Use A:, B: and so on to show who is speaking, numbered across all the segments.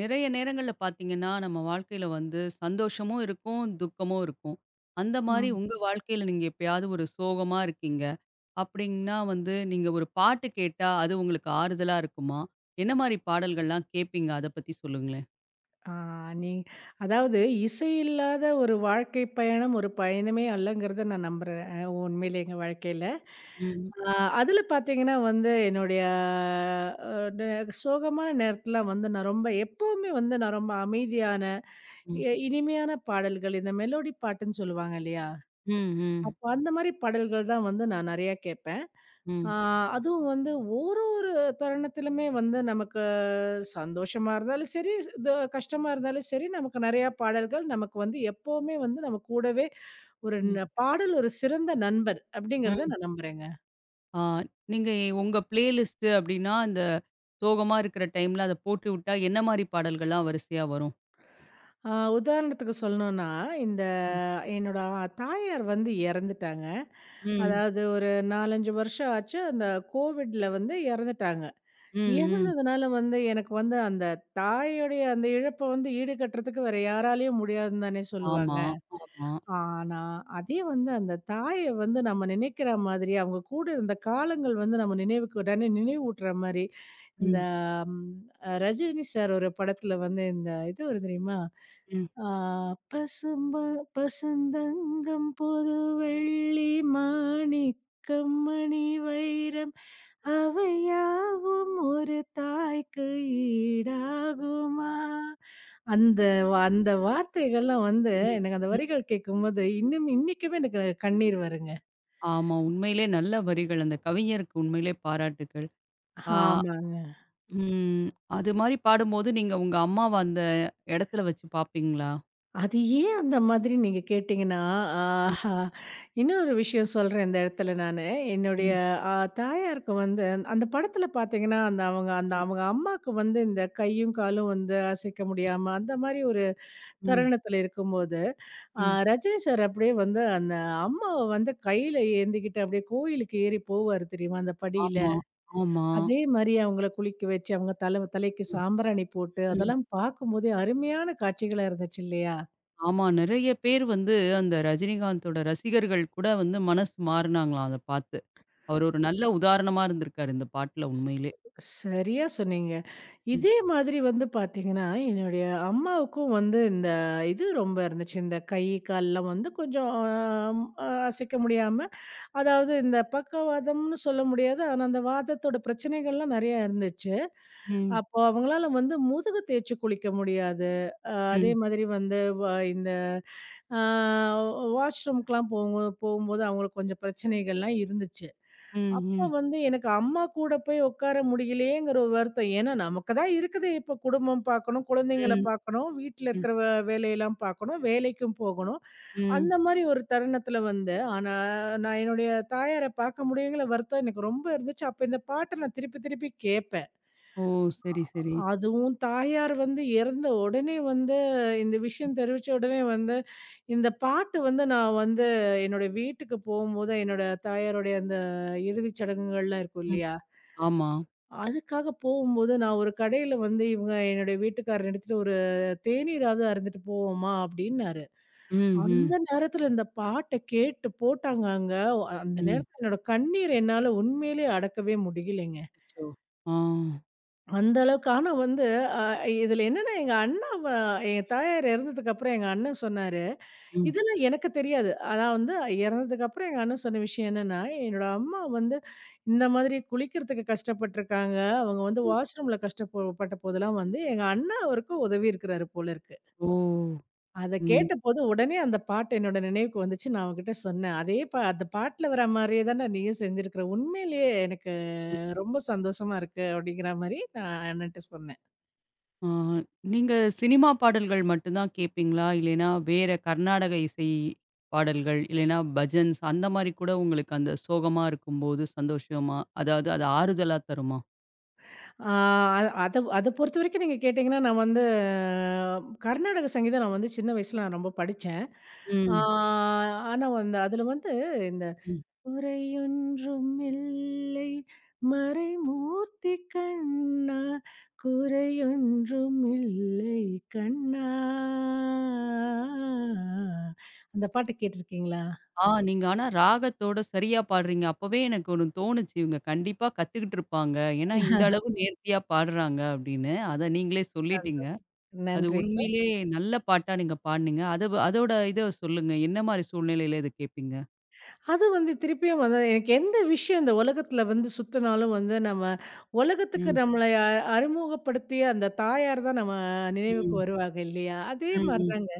A: நிறைய நேரங்கள்ல பார்த்தீங்கன்னா, நம்ம வாழ்க்கையில வந்து சந்தோஷமும் இருக்கும், துக்கமும் இருக்கும். அந்த மாரி
B: ம்.
A: உங்க வாழ்க்கையில நீங்க எப்பயாவது ஒரு சோகமா இருக்கீங்க அப்டின்னா வந்து, நீங்க ஒரு பாட்டு கேட்டா அது உங்களுக்கு ஆறுதலா இருக்குமா? என்ன மாரி பாடல்கள்லாம் கேட்பீங்க? அத பத்தி சொல்லுங்களேன்.
B: ஆ நீ அதாவது இசை இல்லாத ஒரு வாழ்க்கை பயணம் ஒரு பயணமே அல்லங்கிறத நான் நம்புறேன். உண்மையிலே எங்க வாழ்க்கையில.
A: ம்.
B: ஆ அதுல பார்த்தீங்கன்னா வந்து என்னுடைய அ ந சோகமான நேரத்துல வந்து நான் ரொம்ப எப்பவுமே வந்து நான் ரொம்ப அமைதியான,
A: ம்.
B: இனிமையான பாடல்கள் இந்த மெலோடி பாட்டுன்னு சொல்லுவாங்க இல்லையா?
A: ம். ம்.
B: அப்ப அந்த மாரி பாடல்கள் தான் வந்து நான் நெறையா கேட்பேன். ஆ
A: ம்.
B: அதுவும் வந்து ஒரு ஒரு தருணத்திலுமே வந்து நமக்கு சந்தோஷமா இருந்தாலும் சரி, இது கஷ்டமா இருந்தாலும் சரி, நமக்கு நெறையா பாடல்கள் நமக்கு வந்து எப்பவுமே வந்து நம்ம கூடவே ஒரு
A: ம்.
B: ந பாடல் ஒரு சிறந்த நண்பன் அப்படிங்கிறத
A: ம்.
B: நான் நம்புறேங்க.
A: ஆ, நீங்க உங்க பிளேலிஸ்ட் அப்டின்னா, இந்த சோகமா இருக்கிற டைம்ல அத போட்டு விட்டா என்ன மாரி பாடல்கள்லாம் வரிசையா வரும்?
B: ஆ உதாரணத்துக்கு சொல்லணும்னா, இந்த
A: ம்.
B: என்னோட தாயார் வந்து இறந்துட்டாங்க.
A: ம்.
B: அதாவது ஒரு 4, 5 வருஷம் ஆச்சு. அந்த கோவிட்ல வந்து இறந்துட்டாங்க.
A: ம். ம்.
B: இறந்ததுனால வந்து எனக்கு வந்து அந்த தாயோடைய அந்த இழப்ப வந்து ஈடுகட்டுறதுக்கு வேற யாராலயும் முடியாதுன்னு தானே
A: ஆமா,
B: சொல்லுவாங்க.
A: ஆமா.
B: ஆனா, அதே வந்து அந்த தாய வந்து நம்ம நினைக்கிற மாதிரி, அவங்க கூட இருந்த காலங்கள் வந்து நம்ம நினைவுக்கு உடனே நினைவூட்டுற மாரி, இந்த
A: ம்.
B: ம் அ ரஜினி சார் ஒரு படத்துல வந்து இந்த இது வரும் தெரியுமா?
A: ம்.
B: ஆ பசும்ப பசுந்தங்கம் பொது வெள்ளி மாணிக்கம் மணி வைரம் அவையாவும் ஒரு தாய்க்கு ஈடாகுமா அந்த அந்த வார்த்தைகள்லாம் வந்து
A: ம்,
B: எனக்கு அந்த
A: ம்.
B: வரிகள் கேட்கும்போது இன்னும் இன்னைக்குமே எனக்கு கண்ணீர் வருங்க.
A: ஆமா. உண்மையிலே நல்ல வரிகள். அந்த கவிஞருக்கு உண்மையிலே பாராட்டுக்கள். ஆ,
B: ஆமாங்க.
A: ம். அது மாரி பாடும்போது நீங்க உங்க அம்மாவ அந்த இடத்துல வச்சு பார்ப்பீங்களா?
B: அது ஏன் அந்த மாதிரி நீங்க கேட்டீங்கன்னா,
A: ம்,
B: ஆஹா இன்னொரு விஷயம் சொல்றேன் இந்த இடத்துல நானு. என்னுடைய
A: ம்,
B: அ தாயாருக்கு வந்து அந்த அந்த படத்துல பார்த்தீங்கன்னா, அந்த
A: ம்,
B: அவங்க அம்மாக்கு வந்து இந்த கையும், காலும் வந்து அசைக்க முடியாம அந்த மாரி ஒரு
A: ம்,
B: தருணத்துல இருக்கும்போது,
A: ம்.
B: ரஜினி சார் அப்படியே வந்து அந்த அம்மாவ வந்து கையில ஏந்திக்கிட்டு அப்படியே கோயிலுக்கு ஏறி போவாரு தெரியுமா? அந்த படியில.
A: ஆமா, ஆமா.
B: அதே மாரி அவங்கள குளிக்க வச்சு, அவங்க தலைக்கு
A: ம்,
B: சாம்பிராணி போட்டு
A: ம்.
B: அதெல்லாம் பார்க்கும்போதே அருமையான காட்சிகளா இருந்துச்சு இல்லையா?
A: ஆமா. நெறைய பேர் வந்து அந்த ரஜினிகாந்தோட ரசிகர்கள் கூட வந்து மனசு மாறுனாங்களாம் அத பார்த்து. அவர் ஒரு நல்ல உதாரணமா இருந்திருக்காரு இந்த பாட்டுல உண்மையிலே.
B: சரியா சொன்னீங்க.
A: ம்,
B: இதே மாதிரி வந்து பார்த்தீங்கன்னா, என்னுடைய அம்மாவுக்கும் வந்து இது ரொம்ப இருந்துச்சு. இந்த கை, கால்லாம் வந்து கொஞ்சம் அசைக்க முடியாம, அதாவது இந்த பக்கவாதம்னு சொல்ல முடியாது. ஆனா, அந்த வாதத்தோட பிரச்சனைகள்லாம் நெறையா இருந்துச்சு.
A: ம்,
B: அப்போ அவங்களால வந்து முதுகு தேய்ச்சு குளிக்க முடியாது. அதே
A: ம்,
B: மாதிரி வந்து வ இந்த அ வாஷ்ரூம்க்குலாம் போகும் போகும்போது அவங்களுக்கு கொஞ்சம் பிரச்சனைகள்லாம் இருந்துச்சு.
A: ம்,
B: அப்ப
A: ம்,
B: வந்து எனக்கு அம்மா கூட போய் உட்கார முடியலையேங்கிற ஒரு வருத்தம். ஏன்னா, நமக்கு தான் இருக்குது இப்ப குடும்பம் பார்க்கணும், குழந்தைங்கள
A: ம்,
B: பார்க்கணும், வீட்ல
A: ம்,
B: இருக்கிற வேலையெல்லாம் பார்க்கணும், வேலைக்கும் போகணும்.
A: ம்.
B: அந்த மாரி ஒரு தருணத்துல வந்து, ஆனா நான் என்னுடைய தாயார பார்க்க முடியலைங்கிற வருத்தம் எனக்கு ரொம்ப இருந்துச்சு. அப்ப இந்த பாட்ட நான் திருப்பி திருப்பி கேட்பேன்.
A: ஓ! சரி, சரி.
B: அதுவும் தாயார் வந்து இறந்த உடனே வந்து இந்த
A: ம்,
B: விஷயம் தெரிவிச்ச உடனே வந்து, இந்த பாட்டு வந்து நான் வந்து என்னோட வீட்டுக்கு போகும்போது, என்னோட தாயாருடைய அந்த இறுதிச் சடங்குகள்லாம் இருக்கும்
A: ம்.
B: இல்லையா?
A: ஆமா.
B: அதுக்காக போகும்போது நான் ஒரு கடையில வந்து இவங்க என்னுடைய வீட்டுக்காரர் எடுத்துட்டு ஒரு தேநீராவது அருந்திட்டு போவோமா அப்படின்னாரு.
A: ம், ம்,
B: அந்த நேரத்துல இந்த பாட்ட கேட்டு போட்டாங்கங்க. அந்த
A: ம்.
B: நேரத்துல என்னோட கண்ணீர் என்னால உண்மையிலேயே அடக்கவே முடியலைங்க.
A: அச்சச்சோ! ஆ.
B: அந்த அளவுக்கு ஆனா வந்து அ இதுல என்னன்னா எங்க அண்ணா வ எங்க தாயார் இறந்ததுக்கு அப்புறம் எங்க அண்ணன் சொன்னாரு.
A: ம்,
B: இதெல்லாம் எனக்கு தெரியாது. அதான் வந்து இறந்ததுக்கப்புறம் எங்க அண்ணன் சொன்ன விஷயம் என்னன்னா, என்னோட அம்மா வந்து இந்த மாதிரி குளிக்கிறதுக்கு கஷ்டப்பட்டுருக்காங்க. அவங்க வந்து
A: ம்.
B: வாஷ்ரூம்ல கஷ்டப்பட்ட போதெல்லாம் வந்து எங்க அண்ணன் அவருக்கு உதவி இருக்கிறாரு போல இருக்கு.
A: ஓ!
B: அத
A: ம்,
B: கேட்டபோது உடனே அந்த பாட்டு என்னோட நினைவுக்கு வந்துச்சு. நான் அவகிட்ட சொன்னேன். அதே பா அந்த பாட்டுல வர மாரியே தானே நீயும் செஞ்சிருக்கிற. உண்மையிலேயே எனக்கு
A: ம்.
B: ரொம்ப சந்தோஷமா இருக்கு அப்படிங்கிற மாரி நான் அண்ணன்ட்ட சொன்னேன்.
A: ஆ, நீங்க சினிமா பாடல்கள் மட்டும் தான் கேட்பீங்களா? இல்லைன்னா வேற கர்நாடக இசை பாடல்கள், இல்லைன்னா பஜன்ஸ் அந்த மாரி கூட உங்களுக்கு அந்த சோகமா இருக்கும்போது சந்தோஷமா, அதாவது அது ஆறுதலா தருமா?
B: ஆ அத அத பொறுத்தவரைக்கும் நீங்க கேட்டீங்கன்னா, நான் வந்து கர்நாடக சங்கீதம் நான் வந்து சின்ன வயசுல நான் ரொம்ப படிச்சேன். ஆ
A: ம்,
B: ஆனா வந்து அதுல வந்து இந்த
A: ம்.
B: குறையொன்றும் இல்லை மறைமூர்த்தி கண்ணா குறையொன்றும் இல்லை கண்ணா அந்த பாட்டு கேட்டிருக்கீங்களா?
A: ஆ, நீங்க ஆனா ராகத்தோட சரியா பாடுறீங்க. அப்பவே எனக்கு ஒண்ணு தோணுச்சு. இவங்க கண்டிப்பா கத்துக்கிட்டு இருப்பாங்க. ஏன்னா இந்த அளவு நேர்த்தியா பாடுறாங்க அப்படின்னு. அத நீங்களே சொல்லிட்டீங்க. அது
B: நன்றி.
A: உண்மையிலே நல்ல பாட்டா நீங்க பாடுனீங்க. அத அதோட இத சொல்லுங்க. என்ன மாரி சூழ்நிலையில இத கேட்பீங்க?
B: அது வந்து திருப்பியும் வந்து எனக்கு எந்த விஷயம் இந்த உலகத்துல வந்து சுத்துனாலும் வந்து நம்ம உலகத்துக்கு
A: ம்,
B: நம்மளை அறிமுகப்படுத்திய அந்த தாயார் தான் நம்ம நினைவுக்கு
A: ம்,
B: வருவாங்க இல்லையா? அதே
A: ம், ம்,
B: மாதிரிதாங்க.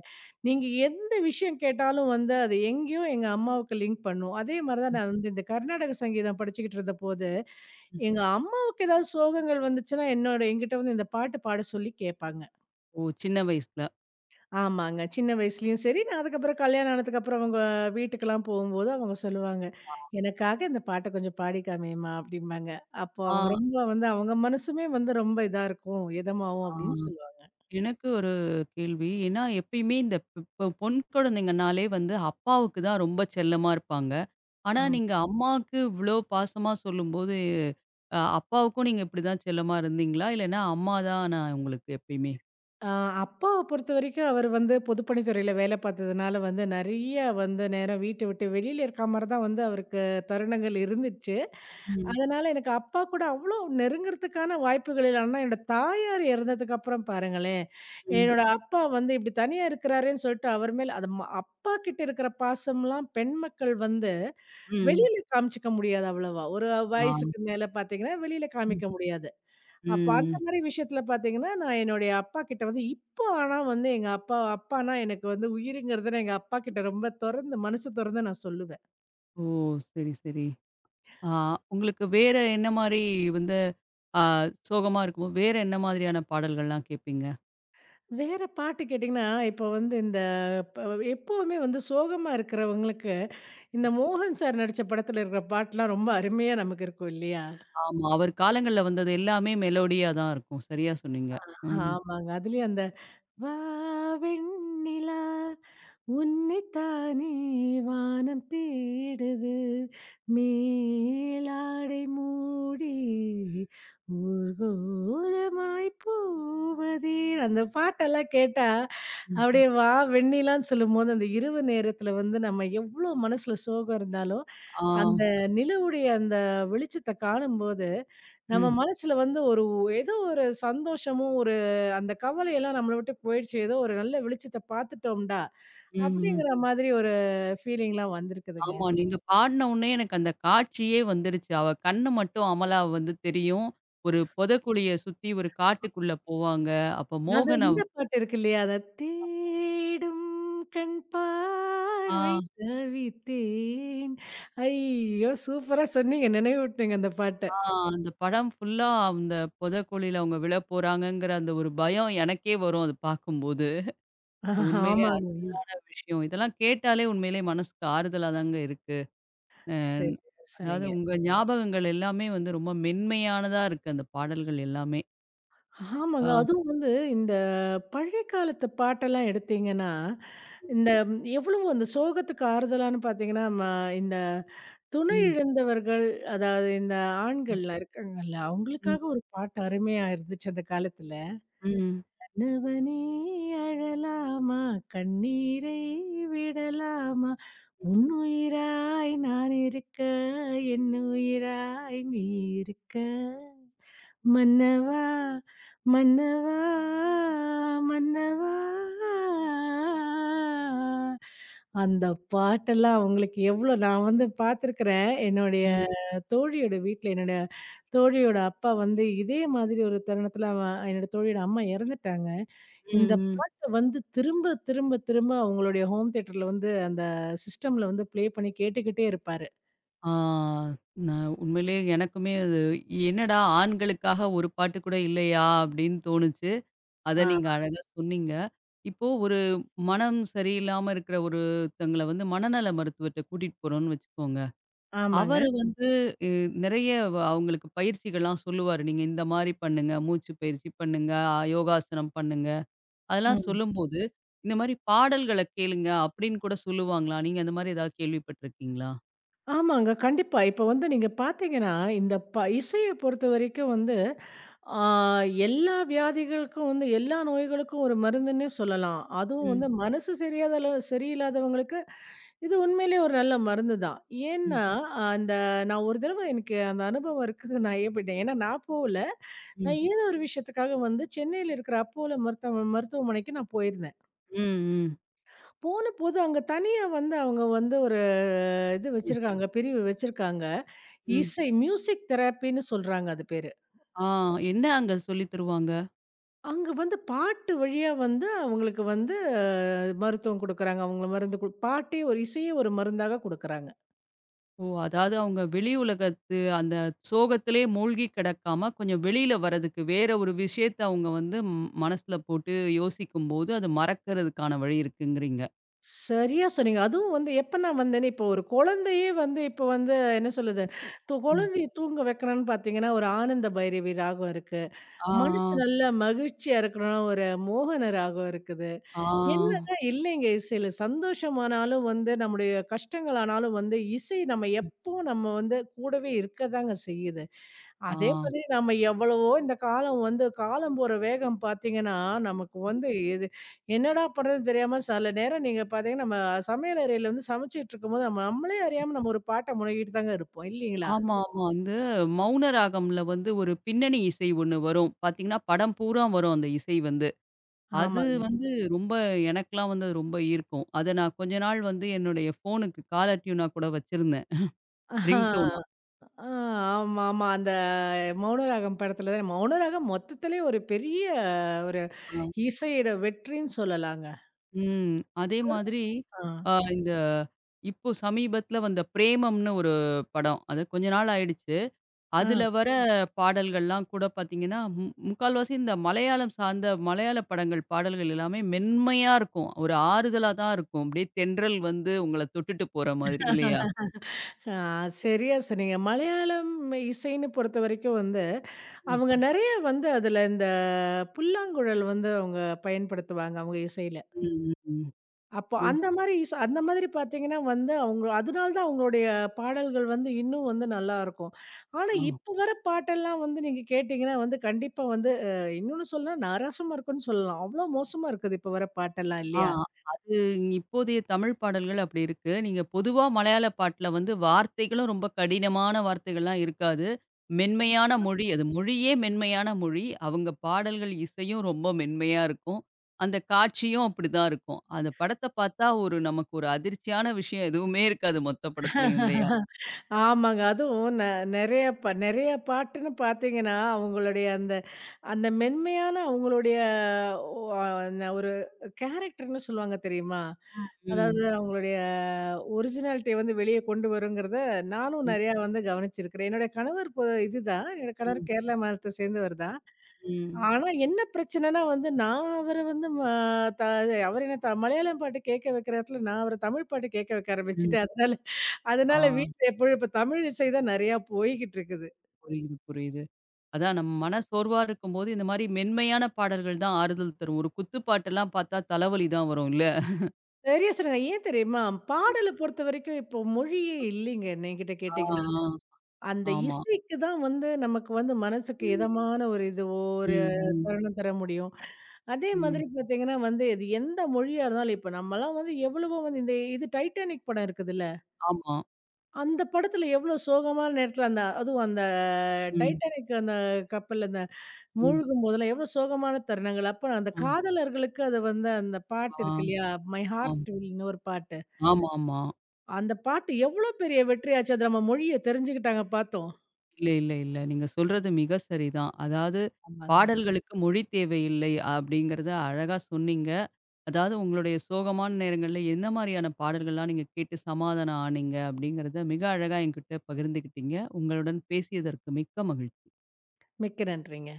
B: நீங்க எந்த விஷயம் கேட்டாலும் வந்து அது எங்கேயும் எங்க அம்மாவுக்கு லிங்க் பண்ணும். அதே மாதிரிதான்
A: ம்,
B: நான் வந்து இந்த கர்நாடக சங்கீதம் படிச்சுக்கிட்டு இருந்தபோது,
A: ம்.
B: எங்க அம்மாவுக்கு ஏதாவது சோகங்கள் வந்துச்சுன்னா என்னோட என்கிட்ட வந்து இந்த பாட்டு பாட சொல்லி கேட்பாங்க.
A: ஓ! சின்ன வயசுல.
B: ஆமாங்க. சின்ன வயசுலயும் சரி, நான் அதுக்கப்புறம் கல்யாணம் ஆனதுக்கப்புறம் அவங்க வீட்டுக்கெல்லாம் போகும்போது அவங்க சொல்லுவாங்க, "எனக்காக இந்த பாட்ட கொஞ்சம் பாடி காமியேம்மா" அப்படிம்பாங்க. அப்போ அவங்க
A: ஆ,
B: ரொம்ப வந்து அவங்க மனசுமே வந்து ரொம்ப இதா இருக்கும், இதமாவும்
A: ஆ.
B: அப்படின்னு சொல்லுவாங்க.
A: எனக்கு ஒரு கேள்வி. ஏன்னா எப்பயுமே இந்த இப்ப பொண் குழந்தைங்கனாலே வந்து அப்பாவுக்கு தான் ரொம்ப செல்லமா இருப்பாங்க. ஆனா
B: ஆமா.
A: நீங்க அம்மாவுக்கு இவ்ளோ பாசமா சொல்லும்போது, அப்பாவுக்கும் நீங்க இப்படிதான் செல்லமா இருந்தீங்களா? இல்லன்னா அம்மா தானா உங்களுக்கு எப்பயுமே?
B: ஆ அப்பாவ பொறுத்தவரைக்கும் அவர் வந்து பொதுப்பணித்துறையில வேலை பார்த்ததுனால வந்து நெறைய வந்து நேரம் வீட்ட விட்டு வெளியில இருக்கா மாரி தான் வந்து அவருக்கு தருணங்கள் இருந்துச்சு.
A: ம்,
B: அதனால எனக்கு அப்பா கூட அவ்ளோ நெருங்குறதுக்கான வாய்ப்புகள் இல்ல. ஆனா என்னோட தாயார் இறந்ததுக்கு அப்புறம் பாருங்களேன்,
A: ம்,
B: என்னோட அப்பா வந்து இப்படி தனியா இருக்கிறாரேன்னு சொல்லிட்டு அவர் மேல அது ம அப்பா கிட்ட இருக்கிற பாசம்லாம் பெண் மக்கள் வந்து
A: ம்,
B: வெளியில காமிச்சுக்க முடியாது அவ்வளவா. ஒரு
A: ஆ.
B: வயசுக்கு மேல பார்த்தீங்கன்னா வெளியில
A: ம்.
B: காமிக்க முடியாது. அப்ப அந்த
A: ம்.
B: மாரி விஷயத்துல பார்த்தீங்கன்னா, நான் என்னுடைய அப்பா கிட்ட வந்து இப்போ ஆனா வந்து எங்க அப்பா அப்பான்னா எனக்கு வந்து உயிருங்கிறத நான் எங்க அப்பா கிட்ட ரொம்ப தொறந்து மனசு தொறந்து நான் சொல்லுவேன்.
A: ஓ! சரி, சரி. ஆ, உங்களுக்கு வேற என்ன மாரி வந்து ஆ சோகமா இருக்கும்போது, வேற என்ன மாதிரியான பாடல்கள்லாம் கேட்பீங்க?
B: வேற பாட்டு கேட்டீங்கன்னா, இப்போ வந்து இந்த ப எப்பவுமே வந்து சோகமா இருக்கிறவங்களுக்கு, இந்த மோகன் சார் நடிச்ச படத்துல இருக்கிற பாட்டுலாம் ரொம்ப அருமையா நமக்கு இருக்கும் இல்லையா?
A: ஆமா, அவர் காலங்கள்ல வந்தது எல்லாமே மெலோடியா தான் இருக்கும். சரியா சொன்னீங்க. ம்.
B: ஆமாங்க. அதுலயும் அந்த "வா வெண்ணிலா" உன்னைத்தானே வானம் தேடுது மேலாடை மூடி ஊர்கோலமாய் போவதே அந்த பாட்டெல்லாம் கேட்டா
A: ம்.
B: அப்படியே வா வெண்ணிலான்னு சொல்லும்போது அந்த இரவு நேரத்துல வந்து நம்ம எவ்வளவு மனசுல சோகம் இருந்தாலும்
A: ஆ.
B: அந்த நிலவுடைய அந்த வெளிச்சத்தை காணும்போது நம்ம
A: ம்.
B: மனசுல வந்து ஒரு ஏதோ ஒரு சந்தோஷமும் ஒரு அந்த கவலையெல்லாம் நம்மளை விட்டு போயிடுச்சு ஏதோ ஒரு நல்ல வெளிச்சத்தை பார்த்துட்டோம்டா
A: ம். ம்.
B: அப்படிங்கிற மாதிரி ஒரு ஃபீலிங்லாம் வந்திருக்குதுங்க.
A: ஆமா, நீங்க பாடுன உடனே எனக்கு அந்த காட்சியே வந்துருச்சு. அவ கண்ணு மட்டும் அமலா வந்து தெரியும். ஒரு பொதக்குழிய சுத்தி ஒரு காட்டுக்குள்ள போவாங்க. அப்ப
B: அது
A: மோகன் அவ்
B: இந்த பாட்டு இருக்கு இல்லையா? அத தேடும் கண் பார்வை
A: ஆ,
B: தவித்தேன். ஐயோ! சூப்பரா சொன்னீங்க. நினைவூட்டுனீங்க அந்த பாட்ட.
A: ஆ, அந்த படம் ஃபுல்லா அந்த பொதக்குழியில அவங்க விழப்போறாங்கங்கிற அந்த ஒரு பயம் எனக்கே வரும் அது பார்க்கும்போது. உண்மையிலே
B: ஆமாங்க.
A: அருமையான விஷயம். இதெல்லாம் கேட்டாலே உண்மையிலே மனசுக்கு ஆறுதலா தாங்க இருக்கு.
B: சரியா
A: அதாவது
B: சொன்னீங்க.
A: உங்க ஞாபகங்கள் எல்லாமே வந்து ரொம்ப மென்மையானதா இருக்கு அந்த பாடல்கள் எல்லாமே. ஆ.
B: ஆமாங்க. அதுவும் வந்து இந்த பழைய காலத்து பாட்டெல்லாம் எடுத்தீங்கன்னா, இந்த எவ்வளவு அந்த சோகத்துக்கு ஆறுதலான்னு பார்த்தீங்கன்னா, இந்த துணை
A: ம்.
B: இழந்தவர்கள், அதாவது இந்த
A: ம்.
B: ஆண்கள்லாம் இருக்காங்கல்ல,
A: ம்.
B: அவங்களுக்காக ஒரு பாட்டு அருமையா இருந்துச்சு அந்த காலத்துல.
A: ம்.
B: "கணவனே அழலாமா, கண்ணீரை விடலாமா, உன்னுயிராய் நான் இருக்க, என்னுயிராய் நீ இருக்க." மன்னவா! மன்னவா! மன்னவா! அந்த பாட்டெல்லாம் அவங்களுக்கு எவ்வளோ நான் வந்து பார்த்துருக்கிறேன். என்னுடைய
A: ம்.
B: தோழியோட வீட்ல என்னோட தோழியோட அப்பா வந்து இதே மாதிரி ஒரு தருணத்தில அவன் என்னோட தோழியோட அம்மா இறந்துட்டாங்க. இந்த
A: ம்.
B: பாட்ட வந்து திரும்ப, திரும்ப, திரும்ப அவங்களுடைய ஹோம் தியேட்டர்ல வந்து அந்த சிஸ்டம்ல வந்து ப்ளே பண்ணி கேட்டுக்கிட்டே இருப்பாரு.
A: ஆ, நான் உண்மையிலேயே எனக்குமே அது என்னடா ஆண்களுக்காக ஒரு பாட்டு கூட இல்லையா? அப்படின்னு தோணுச்சு. அத
B: ஆ
A: நீங்க அழகா சொன்னீங்க. இப்போ ஒரு மனம் சரியில்லாம இருக்கிற ஒருத்தங்கள வந்து மனநல மருத்துவர்ட்ட கூட்டிட்டு போறோம்னு வச்சுக்கோங்க.
B: ஆமாங்க.
A: அவரு வந்து அ நிறைய வ அவங்களுக்கு பயிற்சிகள்லாம் சொல்லுவாரு. நீங்க இந்த மாரி பண்ணுங்க, மூச்சு பயிற்சி பண்ணுங்க, அ யோகாசனம் பண்ணுங்க. அதெல்லாம்
B: ம்.
A: சொல்லும்போது, இந்த மாரி பாடல்கள கேளுங்க அப்படின்னு கூட சொல்லுவாங்களா? நீங்க அந்த மாரி ஏதாவது கேள்விப்பட்டுருக்கீங்களா?
B: ஆமாங்க. கண்டிப்பா. இப்ப வந்து நீங்க பார்த்தீங்கன்னா, இந்த இசைய பொறுத்தவரைக்கும் வந்து, ஆ எல்லா வியாதிகளுக்கும் வந்து எல்லா நோய்களுக்கும் ஒரு மருந்துன்னே சொல்லலாம். அதுவும் வந்து
A: ம்,
B: மனசு சரியில்லாதவங்களுக்கு, இது உண்மையிலேயே ஒரு நல்ல மருந்து தான்.
A: ம்,
B: ஏன்னா, அந்த நான் ஒரு தடவ எனக்கு அந்த அனுபவம் இருக்குது. நான் ஏற்பட்டேன். ஏன்னா நான் போகல.
A: ம்.
B: நான் ஏதோ ஒரு விஷயத்துக்காக வந்து சென்னையில இருக்கிற அப்போலோ மருத்துவமனைக்கு நான் போயிருந்தேன்.
A: ம், ம்,
B: போனபோது அங்க தனியா வந்து அவங்க வந்து ஒரு இது
A: ம்,
B: வச்சிருக்காங்க, பிரிவு வச்சிருக்காங்க.
A: ம்.
B: இசை மியூசிக் தெரப்பின்னு சொல்றாங்க அது பேரு.
A: ஆ, என்ன அங்க சொல்லி தருவாங்க?
B: அங்க வந்து பாட்டு வழியா வந்து அவங்களுக்கு வந்து மருத்துவம் குடுக்குறாங்க. அவங்கள மருந்து கு பாட்டே ஒரு இசையே ஒரு மருந்தாக குடுக்குறாங்க.
A: ஓ! அதாவது அவங்க வெளி உலகத்து அந்த சோகத்திலே மூழ்கி கிடக்காம, கொஞ்சம் வெளியில வர்றதுக்கு வேற ஒரு விஷயத்த அவங்க வந்து ம் மனசுல போட்டு யோசிக்கும்போது, அது மறக்கிறதுக்கான வழி இருக்குங்கிறீங்க.
B: சரியா சொன்னீங்க. அதுவும் வந்து எப்ப நான் வந்தேனே, இப்போ ஒரு குழந்தையே வந்து இப்ப வந்து என்ன சொல்லுது, இப்போ
A: ம்.
B: குழந்தைய தூங்க வைக்கணும்னு பார்த்தீங்கன்னா, ஒரு ஆனந்த பைரவி ராகம் இருக்கு. மனசு
A: ஆ,
B: நல்லா மகிழ்ச்சியா இருக்கணும்னா ஒரு மோகன ராகம் இருக்குது.
A: ஆ, ஆ,
B: என்னதான் இல்லைங்க. சில சந்தோஷமானாலும் வந்து, நம்முடைய கஷ்டங்களானாலும் வந்து, இசை நம்ம எப்போ நம்ம வந்து கூடவே இருக்கதாங்க செய்யுது.
A: ஆ.
B: அதே மாதிரி நம்ம எவ்வளவோ இந்த காலம் வந்து காலம் போற வேகம் பார்த்தீங்கன்னா, நமக்கு வந்து எது என்னடா பண்றதுன்னு தெரியாம சில நேரம் நீங்க பார்த்தீங்கன்னா, நம்ம சமையல் அறையில வந்து சமைச்சுட்டு இருக்கும்போது, நம்ம நம்மளே அறியாம நம்ம ஒரு பாட்ட முனகிட்டு தாங்க இருப்போம். இல்லீங்களா?
A: ஆமா, ஆமா. அந்த மௌன ராகம்ல வந்து ஒரு பின்னணி இசை ஒண்ணு வரும். பார்த்தீங்கன்னா, படம் பூரா வரும் அந்த இசை வந்து. அது
B: ஆமாங்க.
A: ம். வந்து ரொம்ப எனக்கெல்லாம் வந்து அது ரொம்ப ஈர்க்கும். அத நான் கொஞ்ச நாள் வந்து என்னுடைய ஃபோனுக்கு காலர் டியூனா கூட வச்சிருந்தேன். Ring Donna.
B: ஆ ஆமா, ஆமா. அந்த மௌனராகம் படத்துல தான் மௌனராகம் மொத்தத்திலே ஒரு பெரிய
A: ஆ.
B: இசையோட வெற்றின்னு சொல்லலாங்க.
A: ம். அதே மாதிரி
B: ஆ.
A: அ இந்த இப்போ சமீபத்தில வந்த பிரேமம்னு ஒரு படம். அது கொஞ்ச நாள் ஆயிடுச்சு.
B: ஆ.
A: அதுல வர பாடல்கள்லாம் கூட பார்த்தீங்கன்னா, மு முக்கால்வாசி இந்த மலையாளம் சார்ந்த மலையாள படங்கள் பாடல்கள் எல்லாமே மென்மையா இருக்கும். ஒரு ஆறுதலா தான் இருக்கும். அப்படியே தென்றல் வந்து உங்கள தொட்டுட்டு போற மாதிரி இல்லையா?
B: ஆ சரியா சொன்னீங்க. மலையாளம் இசைன்னு பொறுத்தவரைக்கும் வந்து,
A: ம்,
B: அவங்க நெறைய வந்து அதுல இந்த புல்லாங்குழல் வந்து அவங்க பயன்படுத்துவாங்க, அவங்க இசையில.
A: ம், ம். ம்.
B: அப்போ
A: என்
B: அந்த மாரி அந்த மாதிரி பார்த்தீங்கன்னா வந்து, அவங்க அதனால தான் அவங்களுடைய பாடல்கள் வந்து இன்னும் வந்து நல்லாருக்கும். ஆனா,
A: ஆ.
B: இப்ப வர பாட்டெல்லாம் வந்து நீங்க கேட்டீங்கன்னா வந்து, கண்டிப்பா வந்து இன்னொன்னு சொல்லணும்னா, நாராசமா இருக்குன்னு சொல்லலாம். அவ்ளோ மோசமா இருக்குது இப்ப வர பாட்டெல்லாம்
A: ஆ,
B: இல்லையா?
A: அது இப்போதைய தமிழ் பாடல்கள் அப்படி இருக்கு. நீங்க பொதுவா மலையாள பாட்டுல வந்து வார்த்தைகளும் ரொம்ப கடினமான வார்த்தைகள்லாம் இருக்காது. மென்மையான மொழி அது மொழியே மென்மையான மொழி. அவங்க பாடல்கள், இசையும் ரொம்ப மென்மையா இருக்கும். அந்த காட்சியும் அப்படிதான் இருக்கும். அந்த படத்த பார்த்தா ஒரு நமக்கு ஒரு அதிர்ச்சியான விஷயம் எதுவுமே இருக்காது மொத்த படத்துலயும் இல்லையா?
B: ஆமாங்க. அதுவும் நெ நெறைய ப நெறைய பாட்டுன்னு பார்த்தீங்கன்னா, அவங்களுடைய அந்த அந்த மென்மையான அவங்களுடைய ஒ அ ஒரு கேரக்டர்ன்னு சொல்லுவாங்க தெரியுமா? அதாவது
A: ம்.
B: அவங்களுடைய ஒரிஜினாலிட்டிய வந்து வெளிய கொண்டு வருங்கிறத நானும்
A: ம்.
B: நெறையா வந்து கவனிச்சிருக்கிறேன். என்னுடைய கணவர் பொ இதுதான். என்னோட
A: ம்.
B: கணவர் கேரளா மாநிலத்த சேர்ந்தவர் தான்.
A: ம்.
B: ஆனா என்ன பிரச்சனைன்னா வந்து, நான் அவர வந்து ம த அவரு என்ன த மலையாளம் பாட்டு கேட்க வைக்கிற இடத்துல, நான் அவர தமிழ் பாட்டு கேட்க வைக்க
A: ம்.
B: ஆரம்பிச்சுட்டேன். அதனால
A: ஆ,
B: அதனால வீட்ல எப்பழும் இப்ப தமிழ் இசை தான் நெறையா போய்க்கிட்டு இருக்குது.
A: புரியுது, புரியுது. அதான் நம்ம மன சோர்வா இருக்கும்போது, இந்த மாரி மென்மையான பாடல்கள் தான் ஆறுதல் தரும். ஒரு குத்துப்பாட்டெல்லாம் பார்த்தா தலைவலி தான் வரும் இல்ல?
B: சரியா சொன்னீங்க. ஏன் தெரியுமா? பாடல பொறுத்தவரைக்கும் இப்போ மொழியே இல்லைங்க என்கிட்ட
A: ஆ,
B: கேட்டீங்கன்னா.
A: ஆ.
B: அந்த
A: ஆமா.
B: இசைக்கு தான் வந்து நமக்கு வந்து மனசுக்கு
A: ம்,
B: இதமான ஒரு இது ஒரு
A: ம், ம்,
B: தருணம் தர முடியும். அதே
A: ம்.
B: மாதிரி பாத்தீங்கன்னா வந்து, இது எந்த மொழியா இருந்தாலும், இப்ப நம்மலாம் வந்து எவ்வளவோ வந்து இந்த டைட்டானிக் படம் இருக்குதுல்ல?
A: ஆமா.
B: அந்த படத்துல எவ்வளோ சோகமான நேரத்துல அந்த அதுவும் அந்த
A: ம்,
B: டைட்டானிக் அந்த கப்பல்ல அந்த
A: ம்.
B: மூழ்கும் போதெல்லாம் எவ்வளோ சோகமான தருணங்கள். அப்ப அந்த
A: ஆ,
B: காதலர்களுக்கு அது வந்து அந்த
A: ஆ,
B: பாட்டு இருக்கு இல்லையா? "மை
A: ஆம்.
B: ஹார்ட் வில்ன்னு" ஒரு பாட்டு.
A: ஆமாமா.
B: அந்த பாட்டு எவ்வளோ பெரிய வெற்றியாச்சு. அது நம்ம மொழிய தெரிஞ்சுக்கிட்டாங்க பார்த்தோம்.
A: இல்ல, இல்ல, இல்ல. நீங்க சொல்றது மிக சரிதான். அதாவது
B: ஆமாங்க.
A: பாடல்களுக்கு மொழி தேவையில்லை அப்படிங்கிறத அழகா சொன்னீங்க. அதாவது உங்களுடைய சோகமான நேரங்கள்ல எந்த மாரியான பாடல்கள்லாம் நீங்க கேட்டு சமாதானம் ஆனீங்க அப்படிங்கிறத மிக அழகா என்கிட்ட பகிர்ந்துக்கிட்டீங்க. உங்களுடன் பேசியதற்கு மிக்க மகிழ்ச்சி.
B: மிக்க நன்றிங்க.